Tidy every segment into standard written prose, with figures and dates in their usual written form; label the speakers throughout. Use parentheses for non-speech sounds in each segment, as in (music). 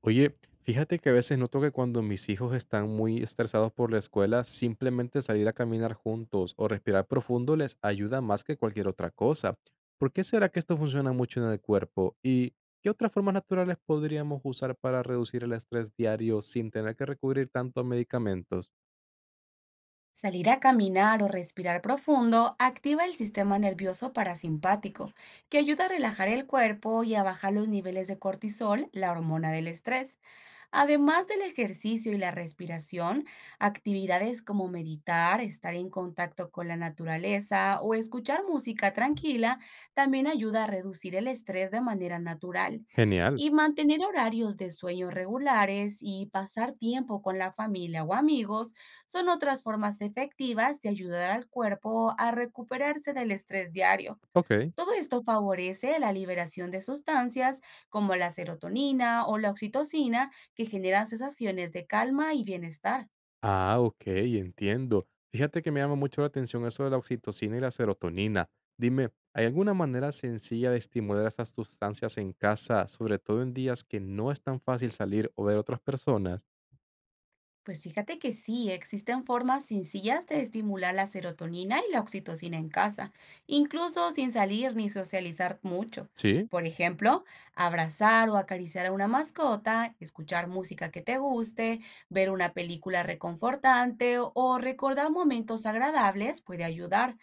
Speaker 1: Oye, fíjate que a veces noto que cuando mis hijos están muy estresados por la escuela, simplemente salir a caminar juntos o respirar profundo les ayuda más que cualquier otra cosa. ¿Por qué será que esto funciona mucho en el cuerpo? ¿Y qué otras formas naturales podríamos usar para reducir el estrés diario sin tener que recurrir tanto a medicamentos?
Speaker 2: Salir a caminar o respirar profundo activa el sistema nervioso parasimpático, que ayuda a relajar el cuerpo y a bajar los niveles de cortisol, la hormona del estrés. Además del ejercicio y la respiración, actividades como meditar, estar en contacto con la naturaleza o escuchar música tranquila también ayuda a reducir el estrés de manera natural.
Speaker 1: Genial.
Speaker 2: Y mantener horarios de sueño regulares y pasar tiempo con la familia o amigos son otras formas efectivas de ayudar al cuerpo a recuperarse del estrés diario.
Speaker 1: Ok.
Speaker 2: Todo esto favorece la liberación de sustancias como la serotonina o la oxitocina que generan sensaciones de calma y bienestar.
Speaker 1: Ah, ok, entiendo. Fíjate que me llama mucho la atención eso de la oxitocina y la serotonina. Dime, ¿hay alguna manera sencilla de estimular esas sustancias en casa, sobre todo en días que no es tan fácil salir o ver otras personas?
Speaker 2: Pues fíjate que sí, existen formas sencillas de estimular la serotonina y la oxitocina en casa, incluso sin salir ni socializar mucho.
Speaker 1: Sí,
Speaker 2: Por ejemplo, abrazar o acariciar a una mascota, escuchar música que te guste, ver una película reconfortante o recordar momentos agradables puede ayudar.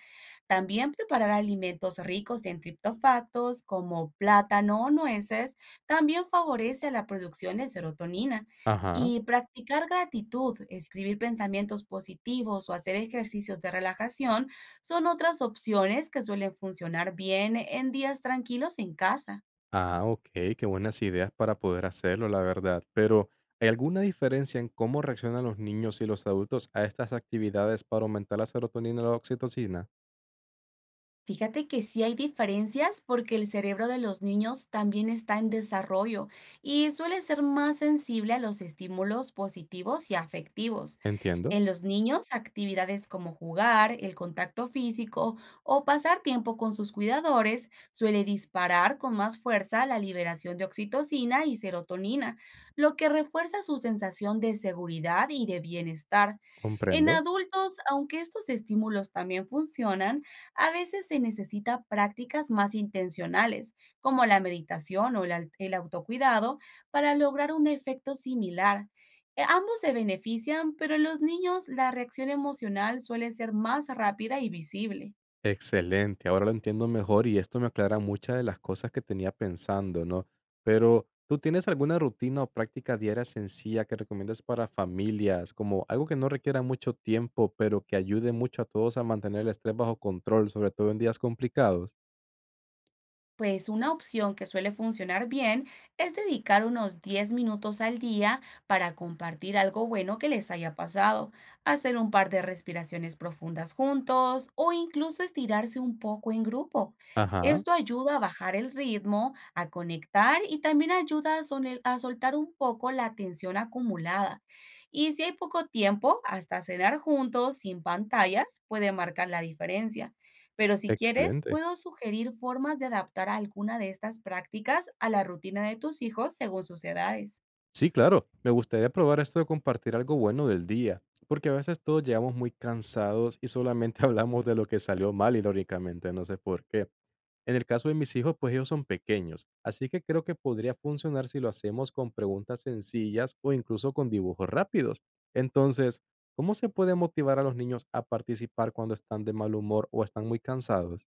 Speaker 2: También preparar alimentos ricos en triptofactos como plátano o nueces también favorece la producción de serotonina.
Speaker 1: ajá.
Speaker 2: Y practicar gratitud, escribir pensamientos positivos o hacer ejercicios de relajación son otras opciones que suelen funcionar bien en días tranquilos en casa.
Speaker 1: Ah, ok, qué buenas ideas para poder hacerlo, la verdad. Pero, ¿hay alguna diferencia en cómo reaccionan los niños y los adultos a estas actividades para aumentar la serotonina y la oxitocina?
Speaker 2: Fíjate que sí hay diferencias porque el cerebro de los niños también está en desarrollo y suele ser más sensible a los estímulos positivos y afectivos.
Speaker 1: Entiendo,
Speaker 2: En los niños, actividades como jugar, el contacto físico o pasar tiempo con sus cuidadores suele disparar con más fuerza la liberación de oxitocina y serotonina, lo que refuerza su sensación de seguridad y de bienestar. En
Speaker 1: comprendo.
Speaker 2: adultos, aunque estos estímulos también funcionan, a veces se necesita prácticas más intencionales, como la meditación o el, el autocuidado, para lograr un efecto similar. Ambos se benefician, pero en los niños la reacción emocional suele ser más rápida y visible.
Speaker 1: Excelente, ahora lo entiendo mejor y esto me aclara muchas de las cosas que tenía pensando, ¿no? Pero, ¿tú tienes alguna rutina o práctica diaria sencilla que recomiendas para familias, como algo que no requiera mucho tiempo, pero que ayude mucho a todos a mantener el estrés bajo control, sobre todo en días complicados?
Speaker 2: Pues una opción que suele funcionar bien es dedicar unos 10 minutos al día para compartir algo bueno que les haya pasado, hacer un par de respiraciones profundas juntos o incluso estirarse un poco en grupo.
Speaker 1: Ajá,
Speaker 2: Esto ayuda a bajar el ritmo, a conectar y también ayuda a, a soltar un poco la tensión acumulada. Y si hay poco tiempo, hasta cenar juntos sin pantallas puede marcar la diferencia. Pero si quieres,
Speaker 1: excelente.
Speaker 2: puedo sugerir formas de adaptar a alguna de estas prácticas a la rutina de tus hijos según sus edades.
Speaker 1: Sí, claro. Me gustaría probar esto de compartir algo bueno del día, porque a veces todos llegamos muy cansados y solamente (laughs) hablamos de lo que salió mal, irónicamente, no sé por qué. En el caso de mis hijos, pues ellos son pequeños, así que creo que podría funcionar si lo hacemos con preguntas sencillas o incluso con dibujos rápidos. Entonces, ¿cómo se puede motivar a los niños a participar cuando están de mal humor o están muy cansados?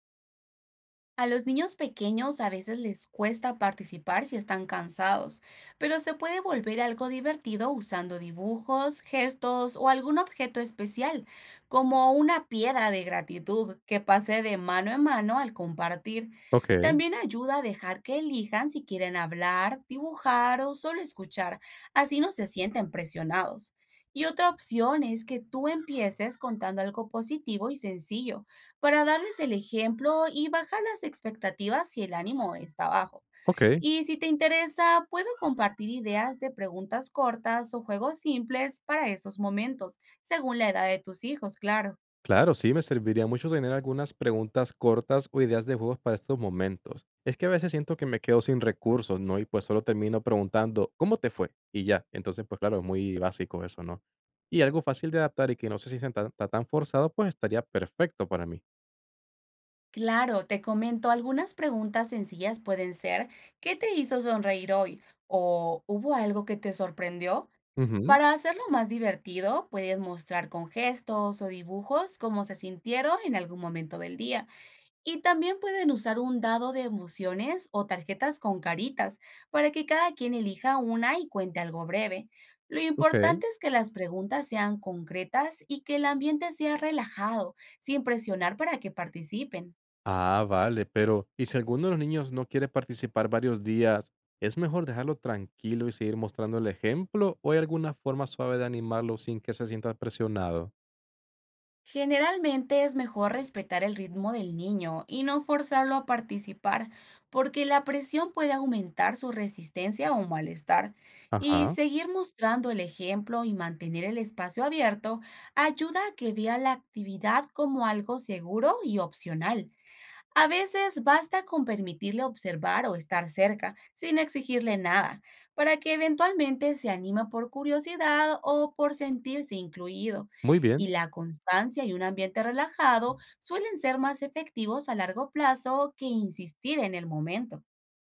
Speaker 2: A los niños pequeños a veces les cuesta participar si están cansados, pero se puede volver algo divertido usando dibujos, gestos o algún objeto especial, como una piedra de gratitud que pase de mano en mano al compartir.
Speaker 1: Ok,
Speaker 2: También ayuda a dejar que elijan si quieren hablar, dibujar o solo escuchar, así no se sienten presionados. Y otra opción es que tú empieces contando algo positivo y sencillo para darles el ejemplo y bajar las expectativas si el ánimo está bajo.
Speaker 1: ok.
Speaker 2: Y si te interesa, puedo compartir ideas de preguntas cortas o juegos simples para esos momentos, según la edad de tus hijos, claro.
Speaker 1: Claro, sí, me serviría mucho tener algunas preguntas cortas o ideas de juegos para estos momentos. Es que a veces siento que me quedo sin recursos, ¿no? Y pues solo termino preguntando, ¿cómo te fue? Y ya. Entonces, pues claro, es muy básico eso, ¿no? Y algo fácil de adaptar y que no se sienta tan forzado, pues estaría perfecto para mí.
Speaker 2: Claro, te comento, algunas preguntas sencillas pueden ser, ¿qué te hizo sonreír hoy? ¿O hubo algo que te sorprendió?
Speaker 1: Ujú,
Speaker 2: Para hacerlo más divertido, puedes mostrar con gestos o dibujos cómo se sintieron en algún momento del día. Y también pueden usar un dado de emociones o tarjetas con caritas para que cada quien elija una y cuente algo breve. Lo
Speaker 1: ok.
Speaker 2: importante es que las preguntas sean concretas y que el ambiente sea relajado, sin presionar para que participen.
Speaker 1: Ah, vale, pero ¿y si alguno de los niños no quiere participar varios días, es mejor dejarlo tranquilo y seguir mostrando el ejemplo o hay alguna forma suave de animarlo sin que se sienta presionado?
Speaker 2: Generalmente es mejor respetar el ritmo del niño y no forzarlo a participar, porque la presión puede aumentar su resistencia o malestar. Y
Speaker 1: Ajá.
Speaker 2: seguir mostrando el ejemplo y mantener el espacio abierto ayuda a que vea la actividad como algo seguro y opcional. A veces basta con permitirle observar o estar cerca, sin exigirle nada, para que eventualmente se anime por curiosidad o por sentirse incluido.
Speaker 1: Muy bien.
Speaker 2: Y la constancia y un ambiente relajado suelen ser más efectivos a largo plazo que insistir en el momento.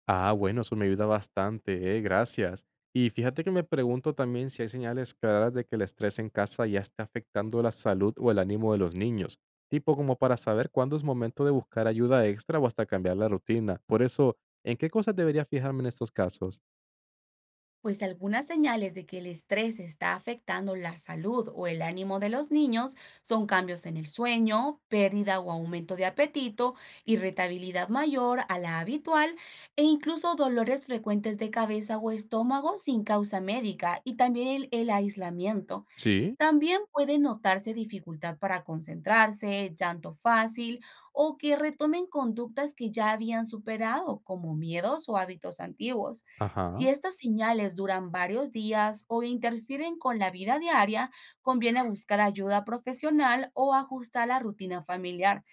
Speaker 1: Ah, bueno, eso me ayuda bastante, gracias. Y fíjate que me pregunto también si hay señales claras de que el estrés en casa ya está afectando la salud o el ánimo de los niños, tipo como para saber cuándo es momento de buscar ayuda extra o hasta cambiar la rutina. Por eso, ¿en qué cosas debería fijarme en estos casos?
Speaker 2: Pues algunas señales de que el estrés está afectando la salud o el ánimo de los niños son cambios en el sueño, pérdida o aumento de apetito, irritabilidad mayor a la habitual e incluso dolores frecuentes de cabeza o estómago sin causa médica y también el aislamiento.
Speaker 1: Sí.
Speaker 2: También puede notarse dificultad para concentrarse, llanto fácil o que retomen conductas que ya habían superado, como miedos o hábitos antiguos. Si
Speaker 1: Ajá.
Speaker 2: estas señales duran varios días o interfieren con la vida diaria, conviene buscar ayuda profesional o ajustar la rutina familiar.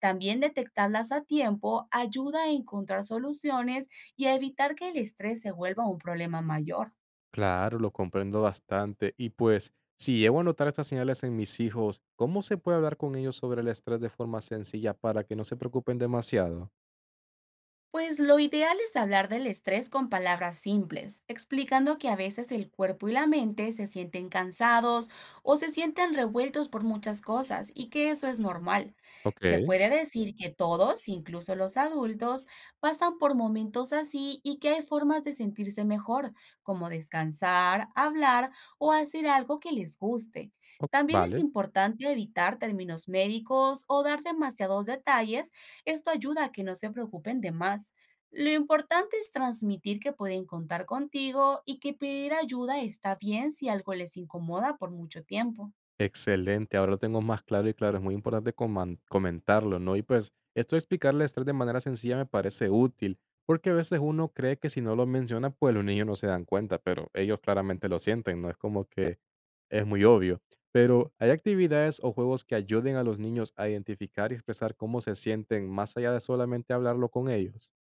Speaker 2: También detectarlas a tiempo ayuda a encontrar soluciones y a evitar que el estrés se vuelva un problema mayor.
Speaker 1: Claro, lo comprendo bastante. Y pues, si llevo a notar estas señales en mis hijos, ¿cómo se puede hablar con ellos sobre el estrés de forma sencilla para que no se preocupen demasiado?
Speaker 2: Pues lo ideal es hablar del estrés con palabras simples, explicando que a veces el cuerpo y la mente se sienten cansados o se sienten revueltos por muchas cosas y que eso es normal.
Speaker 1: Ok,
Speaker 2: Se puede decir que todos, incluso los adultos, pasan por momentos así y que hay formas de sentirse mejor, como descansar, hablar o hacer algo que les guste.
Speaker 1: ok,
Speaker 2: También es
Speaker 1: vale.
Speaker 2: importante evitar términos médicos o dar demasiados detalles, esto ayuda a que no se preocupen de más. Lo importante es transmitir que pueden contar contigo y que pedir ayuda está bien si algo les incomoda por mucho tiempo.
Speaker 1: Excelente, ahora lo tengo más claro y claro, es muy importante comentarlo, ¿no? Y pues esto de explicarle el estrés de manera sencilla me parece útil, porque a veces uno cree que si no lo menciona, pues los niños no se dan cuenta, pero ellos claramente lo sienten, ¿no? Es como que es muy obvio. Pero hay actividades o juegos que ayuden a los niños a identificar y expresar cómo se sienten más allá de solamente hablarlo con ellos.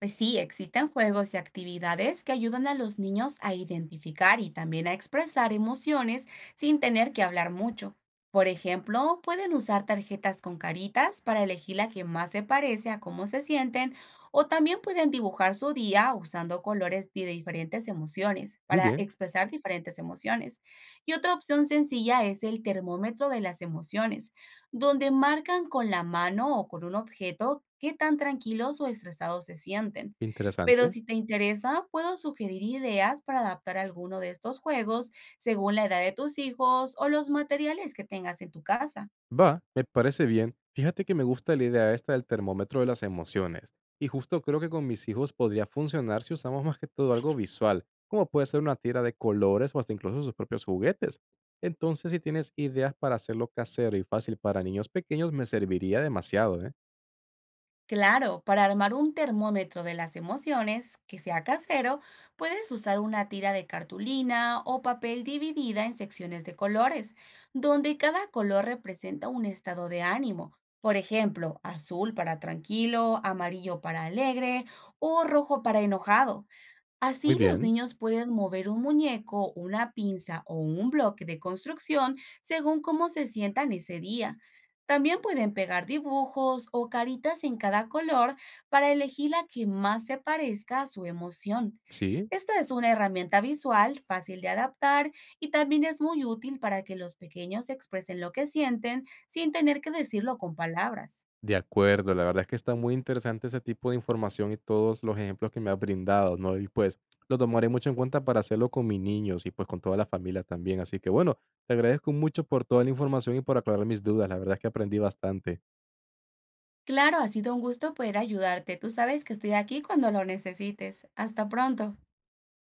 Speaker 2: Pues sí, existen juegos y actividades que ayudan a los niños a identificar y también a expresar emociones sin tener que hablar mucho. Por ejemplo, pueden usar tarjetas con caritas para elegir la que más se parece a cómo se sienten o también pueden dibujar su día usando colores de diferentes emociones
Speaker 1: Muy
Speaker 2: para
Speaker 1: bien,
Speaker 2: expresar diferentes emociones. Y otra opción sencilla es el termómetro de las emociones donde marcan con la mano o con un objeto qué tan tranquilos o estresados se sienten. Pero
Speaker 1: interesante.
Speaker 2: si te interesa, puedo sugerir ideas para adaptar alguno de estos juegos según la edad de tus hijos o los materiales que tengas en tu casa.
Speaker 1: Va, me parece bien. Fíjate que me gusta la idea esta del termómetro de las emociones. Y justo creo que con mis hijos podría funcionar si usamos más que todo algo visual, como puede ser una tira de colores o hasta incluso sus propios juguetes. Entonces, si tienes ideas para hacerlo casero y fácil para niños pequeños, me serviría demasiado, ¿eh?
Speaker 2: Claro, para armar un termómetro de las emociones que sea casero, puedes usar una tira de cartulina o papel dividida en secciones de colores, donde cada color representa un estado de ánimo. Por ejemplo, azul para tranquilo, amarillo para alegre o rojo para enojado.
Speaker 1: Muy
Speaker 2: Así los
Speaker 1: bien.
Speaker 2: niños pueden mover un muñeco, una pinza o un bloque de construcción según cómo se sientan ese día. También pueden pegar dibujos o caritas en cada color para elegir la que más se parezca a su emoción.
Speaker 1: Sí.
Speaker 2: Esta es una herramienta visual, fácil de adaptar y también es muy útil para que los pequeños expresen lo que sienten sin tener que decirlo con palabras.
Speaker 1: De acuerdo, la verdad es que está muy interesante ese tipo de información y todos los ejemplos que me has brindado, ¿no? Y pues lo tomaré mucho en cuenta para hacerlo con mis niños y pues con toda la familia también. Así que bueno, te agradezco mucho por toda la información y por aclarar mis dudas. La verdad es que aprendí bastante.
Speaker 2: Claro, ha sido un gusto poder ayudarte. Tú sabes que estoy aquí cuando lo necesites. Hasta pronto.